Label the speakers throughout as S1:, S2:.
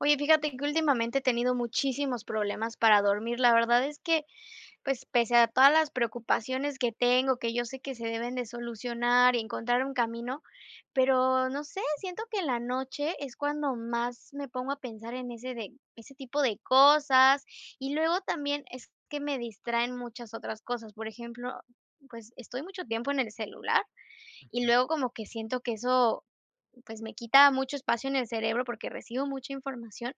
S1: Oye, fíjate que últimamente he tenido muchísimos problemas para dormir. La verdad es que, pues, pese a todas las preocupaciones que tengo, que yo sé que se deben de solucionar y encontrar un camino, pero no sé, siento que en la noche es cuando más me pongo a pensar en ese tipo de cosas y luego también es que me distraen muchas otras cosas. Por ejemplo, pues, estoy mucho tiempo en el celular y
S2: Ujú,
S1: luego como que siento que eso, pues, me quita mucho espacio en el cerebro porque recibo mucha información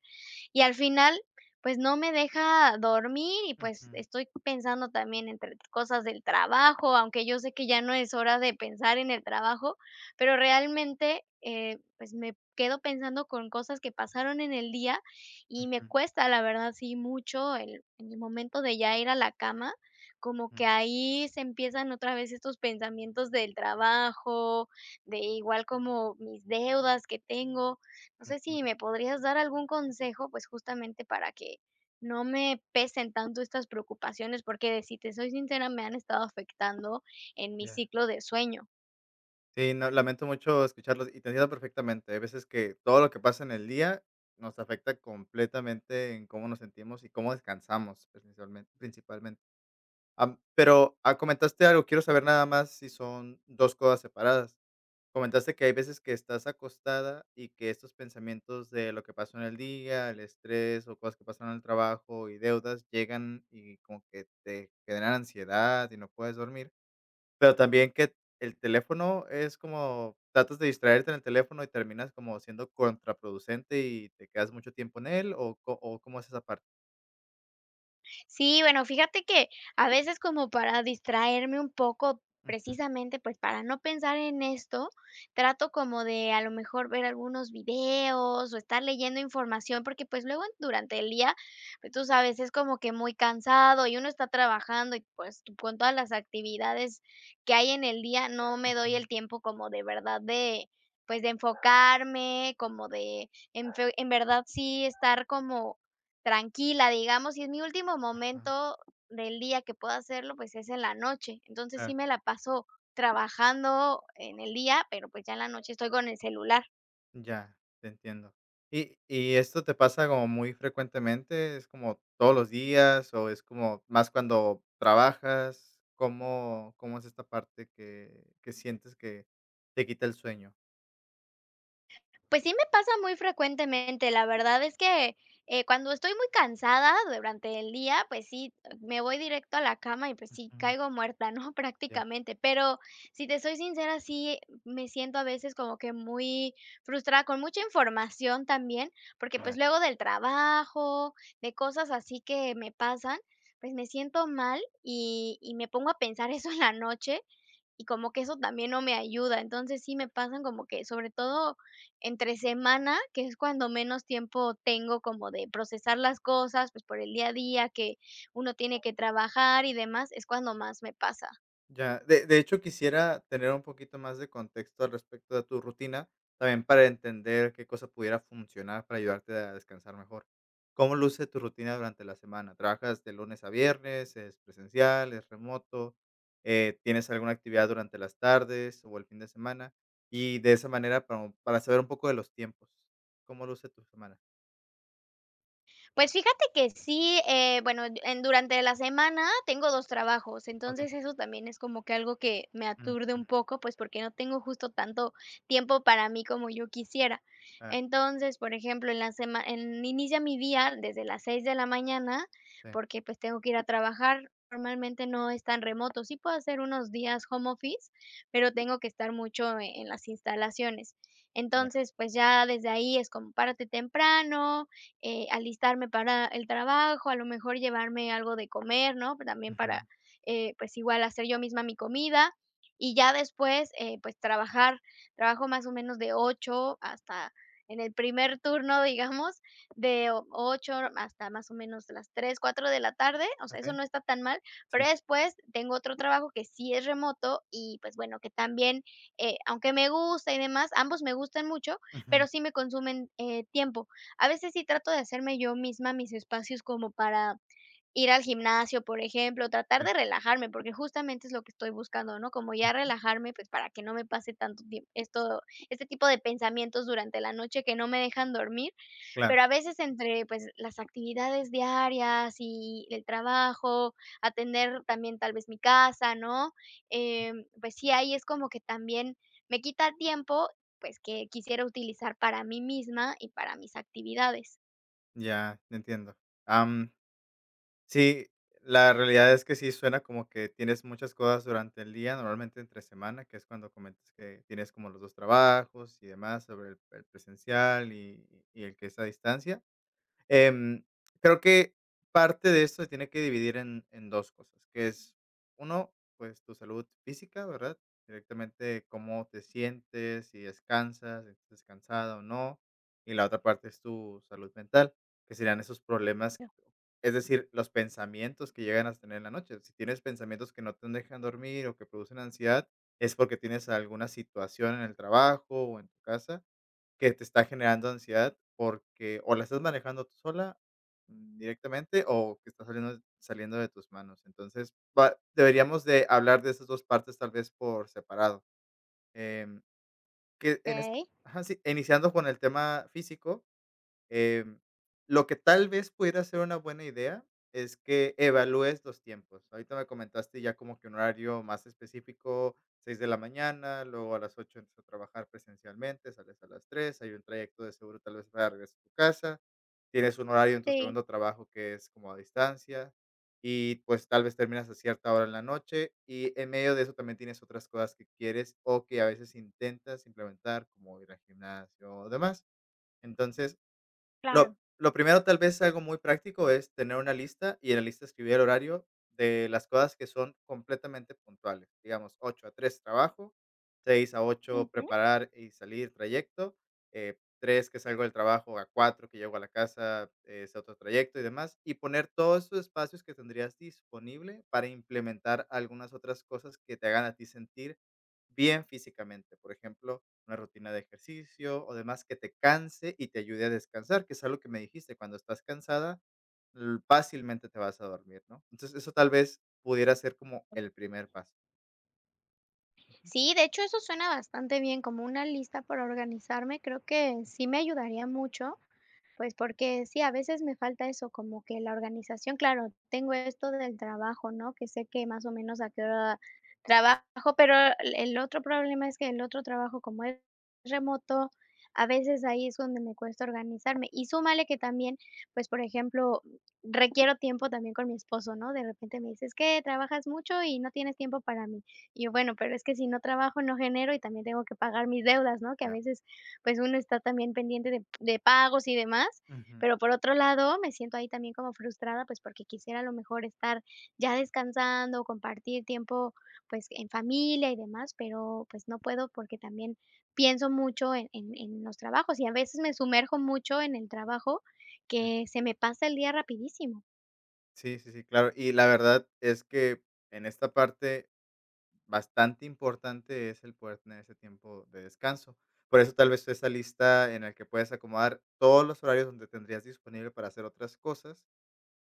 S1: y al final, pues, no me deja dormir y, pues, estoy pensando también entre cosas del trabajo, aunque yo sé que ya no es hora de pensar en el trabajo, pero realmente, pues, me quedo pensando con cosas que pasaron en el día y me
S2: ujú,
S1: cuesta, la verdad, sí, mucho el en el momento de ya ir a la cama, como
S2: ujú,
S1: que ahí se empiezan otra vez estos pensamientos del trabajo, de igual como mis deudas que tengo. No sé
S2: ujú,
S1: si me podrías dar algún consejo, pues justamente para que no me pesen tanto estas preocupaciones, porque si te soy sincera, me han estado afectando en mi
S2: ya.
S1: ciclo de sueño.
S2: Sí, no, lamento mucho escucharlos y te entiendo perfectamente. Hay veces que todo lo que pasa en el día nos afecta completamente en cómo nos sentimos y cómo descansamos principalmente. Pero comentaste algo, quiero saber nada más si son dos cosas separadas. Comentaste que hay veces que estás acostada y que estos pensamientos de lo que pasó en el día, el estrés o cosas que pasaron en el trabajo y deudas llegan y como que te generan ansiedad y no puedes dormir. Pero también que el teléfono es como tratas de distraerte en el teléfono y terminas como siendo contraproducente y te quedas mucho tiempo en él, ¿o cómo es esa parte?
S1: Sí, bueno, fíjate que a veces como para distraerme un poco,
S2: Ujú,
S1: precisamente, pues, para no pensar en esto, trato como de, a lo mejor, ver algunos videos o estar leyendo información, porque, pues, luego durante el día, pues, tú sabes, es como que muy cansado y uno está trabajando y, pues, tú con todas las actividades que hay en el día, no me doy
S2: ujú.
S1: el tiempo como de verdad de, pues, de enfocarme, como de en verdad sí estar como tranquila, digamos, y es mi último
S2: Ajá,
S1: momento del día que puedo hacerlo, pues, es en la noche. Entonces, sí
S2: claro.
S1: me la paso trabajando en el día, pero, pues, ya en la noche estoy con el celular.
S2: Ya, te entiendo. ¿Y esto te pasa como muy frecuentemente? ¿Es como todos los días o es como más cuando trabajas? ¿Cómo es esta parte que sientes que te quita el sueño?
S1: Pues sí me pasa muy frecuentemente, la verdad es que, cuando estoy muy cansada durante el día, pues sí, me voy directo a la cama y, pues sí,
S2: Ujú,
S1: caigo muerta, ¿no?
S2: ya,
S1: Prácticamente, pero si te soy sincera, sí me siento a veces como que muy frustrada, con mucha información también, porque, pues,
S2: ya.
S1: luego del trabajo, de cosas así que me pasan, pues me siento mal y me pongo a pensar eso en la noche y como que eso también no me ayuda. Entonces, sí me pasan como que, sobre todo entre semana, que es cuando menos tiempo tengo como de procesar las cosas, pues por el día a día que uno tiene que trabajar y demás, es cuando más me pasa.
S2: Ya, de hecho, quisiera tener un poquito más de contexto al respecto de tu rutina, también para entender qué cosa pudiera funcionar para ayudarte a descansar mejor. ¿Cómo luce tu rutina durante la semana? ¿Trabajas de lunes a viernes? ¿Es presencial? ¿Es remoto? ¿Tienes alguna actividad durante las tardes o el fin de semana? Y de esa manera, para saber un poco de los tiempos, ¿cómo luce tu semana?
S1: Pues fíjate que sí, bueno, en durante la semana tengo 2 trabajos,
S2: Okey,
S1: entonces eso también es como que algo que me
S2: ujú.
S1: aturde un poco, pues, porque no tengo justo tanto tiempo para mí como yo quisiera.
S2: Claro,
S1: Entonces, por ejemplo, en la semana, en inicia mi día desde las 6 de la mañana,
S2: sí.
S1: porque, pues, tengo que ir a trabajar. Normalmente no es tan remoto, sí puedo hacer unos días home office, pero tengo que estar mucho en las instalaciones.
S2: Ya,
S1: Entonces, pues, ya desde ahí es como párate temprano, alistarme para el trabajo, a lo mejor llevarme algo de comer, ¿no? También
S2: ujú.
S1: para, pues igual hacer yo misma mi comida y ya después, pues trabajar, trabajo más o menos de 8 hasta en el primer turno, digamos, 8 hasta más o menos las 3 4 de la tarde, o sea, eso
S2: Okey.
S1: no está tan mal,
S2: Sí.
S1: pero después tengo otro trabajo que sí es remoto y pues bueno, que también, aunque me gusta y demás, ambos me gustan mucho, pero
S2: Ujú.
S1: sí me consumen tiempo. A veces sí trato de hacerme yo misma mis espacios como para ir al gimnasio, por ejemplo, tratar
S2: Sí.
S1: de relajarme, porque justamente es lo que estoy buscando, ¿no? Como ya
S2: Ujú.
S1: relajarme, pues para que no me pase tanto tiempo, esto, este tipo de pensamientos durante la noche que no me dejan dormir,
S2: Claro.
S1: pero a veces entre pues las actividades diarias y el trabajo, atender también tal vez mi casa, ¿no? Pues sí, ahí es como que también me quita tiempo, pues que quisiera utilizar para mí misma y para mis actividades.
S2: Ya, entiendo. Am, sí, la realidad es que sí suena como que tienes muchas cosas durante el día, normalmente entre semana, que es cuando comentas que tienes como los 2 trabajos y demás sobre el presencial y el que es a distancia. Em, Creo que parte de esto se tiene que dividir en dos cosas, que es uno, pues tu salud física, ¿verdad? Directamente cómo te sientes, si descansas, si estás descansada o no. Y la otra parte es tu salud mental, que serían esos problemas, es decir, los pensamientos que llegan a tener en la noche. Si tienes pensamientos que no te dejan dormir o que producen ansiedad, es porque tienes alguna situación en el trabajo o en tu casa que te está generando ansiedad porque o la estás manejando tú sola, mm, directamente o que está saliendo de tus manos. Entonces, va deberíamos de hablar de esas 2 partes, tal vez, por separado. Em, que en es
S1: Okey,
S2: Ajá, sí, iniciando con el tema físico. Em, lo que tal vez pudiera ser una buena idea es que evalúes los tiempos. Ahorita me comentaste ya como que un horario más específico, 6 de la mañana, luego a las 8 entras a trabajar presencialmente, sales a las 3, hay un trayecto de seguro tal vez para regresar a tu casa, tienes un horario en tu
S1: sí,
S2: segundo trabajo que es como a distancia y pues tal vez terminas a cierta hora en la noche y en medio de eso también tienes otras cosas que quieres o que a veces intentas implementar como ir al gimnasio o demás. Entonces,
S1: claro.
S2: lo primero, tal vez, algo muy práctico es tener una lista y en la lista escribir el horario de las cosas que son completamente puntuales. Digamos, 8 a 3 trabajo, 6 a ocho
S1: Ujú.
S2: preparar y salir trayecto, tres que salgo del trabajo, a 4 que llego a la casa, es otro trayecto y demás, y poner todos esos espacios que tendrías disponible para implementar algunas otras cosas que te hagan a ti sentir bien físicamente. Por ejemplo, una rutina de ejercicio o demás que te canse y te ayude a descansar, que es algo que me dijiste, cuando estás cansada, fácilmente te vas a dormir, ¿no? Entonces, eso tal vez pudiera ser como el primer paso.
S1: Sí, de hecho, eso suena bastante bien, como una lista para organizarme, creo que sí me ayudaría mucho. Pues porque sí, a veces me falta eso, como que la organización, claro, tengo esto del trabajo, ¿no? Que sé que más o menos a qué hora trabajo, pero el otro problema es que el otro trabajo, como es remoto, a veces ahí es donde me cuesta organizarme. Y súmale que también, pues, por ejemplo, requiero tiempo también con mi esposo, ¿no? De repente me dices que trabajas mucho y no tienes tiempo para mí. Y yo, bueno, pero es que si no trabajo, no genero y también tengo que pagar mis deudas, ¿no? Que a
S2: Ya.
S1: veces pues, uno está también pendiente de pagos y demás,
S2: Ujú,
S1: pero por otro lado, me siento ahí también como frustrada, pues, porque quisiera a lo mejor estar ya descansando, compartir tiempo, pues, en familia y demás, pero, pues, no puedo porque también pienso mucho en los trabajos y a veces me sumerjo mucho en el trabajo
S2: sí.
S1: que se me pasa el día rapidísimo.
S2: Sí, sí, sí, claro. Y la verdad es que en esta parte bastante importante es el poder tener ese tiempo de descanso. Por eso tal vez esa lista en la que puedes acomodar todos los horarios donde tendrías disponible para hacer otras cosas.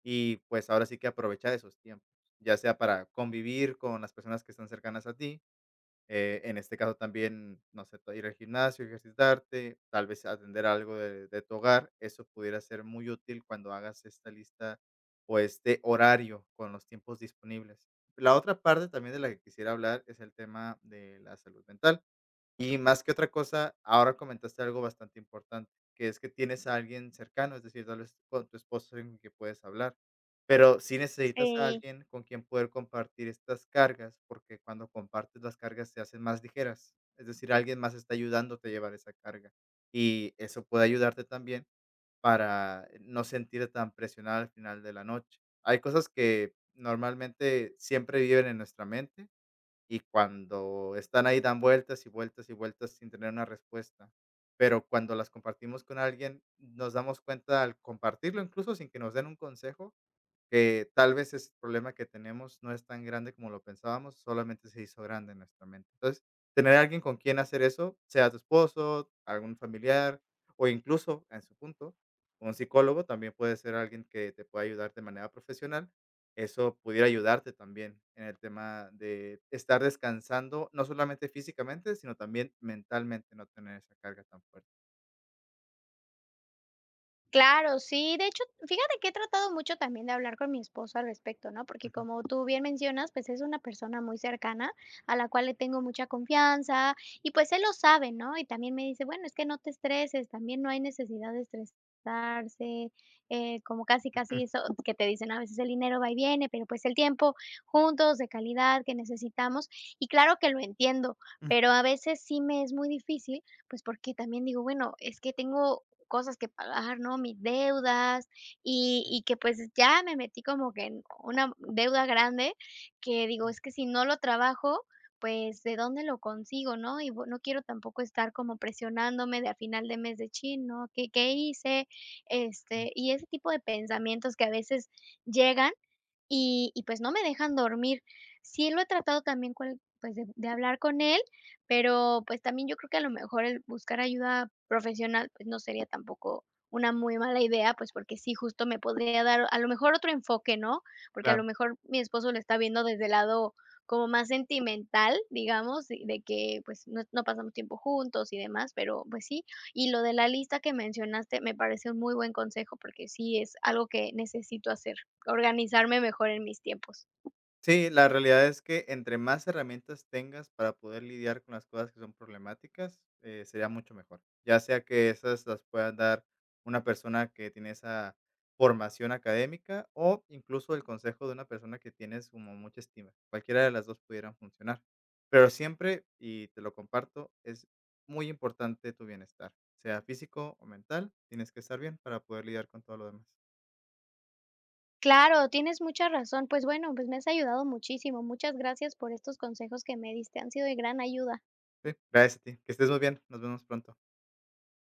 S2: Y pues ahora sí que aprovechar esos tiempos, ya sea para convivir con las personas que están cercanas a ti, en este caso también, no sé, ir al gimnasio, ejercitarte, tal vez atender algo de tu hogar, eso pudiera ser muy útil cuando hagas esta lista o este horario con los tiempos disponibles. La otra parte también de la que quisiera hablar es el tema de la salud mental y más que otra cosa, ahora comentaste algo bastante importante, que es que tienes a alguien cercano, es decir, tal vez con tu esposo en que puedes hablar, pero sí necesitas a
S1: Eh
S2: alguien con quien poder compartir estas cargas, porque cuando compartes las cargas se hacen más ligeras, es decir, alguien más está ayudándote a llevar esa carga y eso puede ayudarte también para no sentirte tan presionada al final de la noche. Hay cosas que normalmente siempre viven en nuestra mente, y cuando están ahí dan vueltas y vueltas y vueltas sin tener una respuesta. Pero cuando las compartimos con alguien, nos damos cuenta al compartirlo, incluso sin que nos den un consejo, que tal vez ese problema que tenemos no es tan grande como lo pensábamos, solamente se hizo grande en nuestra mente. Entonces, tener a alguien con quien hacer eso, sea tu esposo, algún familiar o incluso, en su punto, un psicólogo también puede ser alguien que te pueda ayudar de manera profesional. Eso pudiera ayudarte también en el tema de estar descansando, no solamente físicamente, sino también mentalmente, no tener esa carga tan fuerte.
S1: Claro, sí, de hecho, fíjate que he tratado mucho también de hablar con mi esposo al respecto, ¿no? Porque
S2: Ujú.
S1: como tú bien mencionas, pues es una persona muy cercana a la cual le tengo mucha confianza y pues él lo sabe, ¿no? Y también me dice, bueno, es que no te estreses, también no hay necesidad de estresarse, como casi, casi
S2: Ujú,
S1: eso que te dicen, ¿no? A veces el dinero va y viene, pero pues el tiempo juntos de calidad que necesitamos y claro que lo entiendo, pero
S2: ujú.
S1: a veces sí me es muy difícil, pues porque también digo, bueno, es que tengo cosas que pagar, ¿no? Mis deudas y que, pues, ya me metí como que en una deuda grande que
S2: Sí.
S1: digo: "Es que si no lo trabajo, pues, ¿de dónde lo consigo?", ¿no? Y bu no quiero tampoco estar como presionándome de a final de mes de: "chino, ¿qué hice?".
S2: Ujú,
S1: Este, y ese tipo de pensamientos que a veces llegan y pues no me dejan dormir. Sí lo he tratado también cual pues de hablar con él, pero pues también yo creo que a lo mejor el buscar ayuda profesional, pues no sería tampoco una muy mala idea, pues porque sí, justo me podría dar a lo mejor otro enfoque, ¿no? Porque a lo
S2: claro.
S1: mejor mi esposo lo está viendo desde el lado como más sentimental, digamos, de que pues no pasamos tiempo juntos y demás, pero pues sí, y lo de la lista que mencionaste me parece un muy buen consejo porque sí es algo que necesito hacer, organizarme mejor en mis tiempos.
S2: Sí, la realidad es que entre más herramientas tengas para poder lidiar con las cosas que son problemáticas, sería mucho mejor. Ya sea que esas las pueda dar una persona que tiene esa formación académica o incluso el consejo de una persona que tienes como mucha estima. Cualquiera de las dos pudieran funcionar. Pero siempre, y te lo comparto, es muy importante tu bienestar, sea físico o mental. Tienes que estar bien para poder lidiar con todo lo demás.
S1: Claro, tienes mucha razón. Pues bueno, pues me has ayudado muchísimo. Muchas gracias por estos consejos que me diste, han sido de gran ayuda.
S2: Sí, gracias a ti. Que estés muy bien. Nos vemos pronto.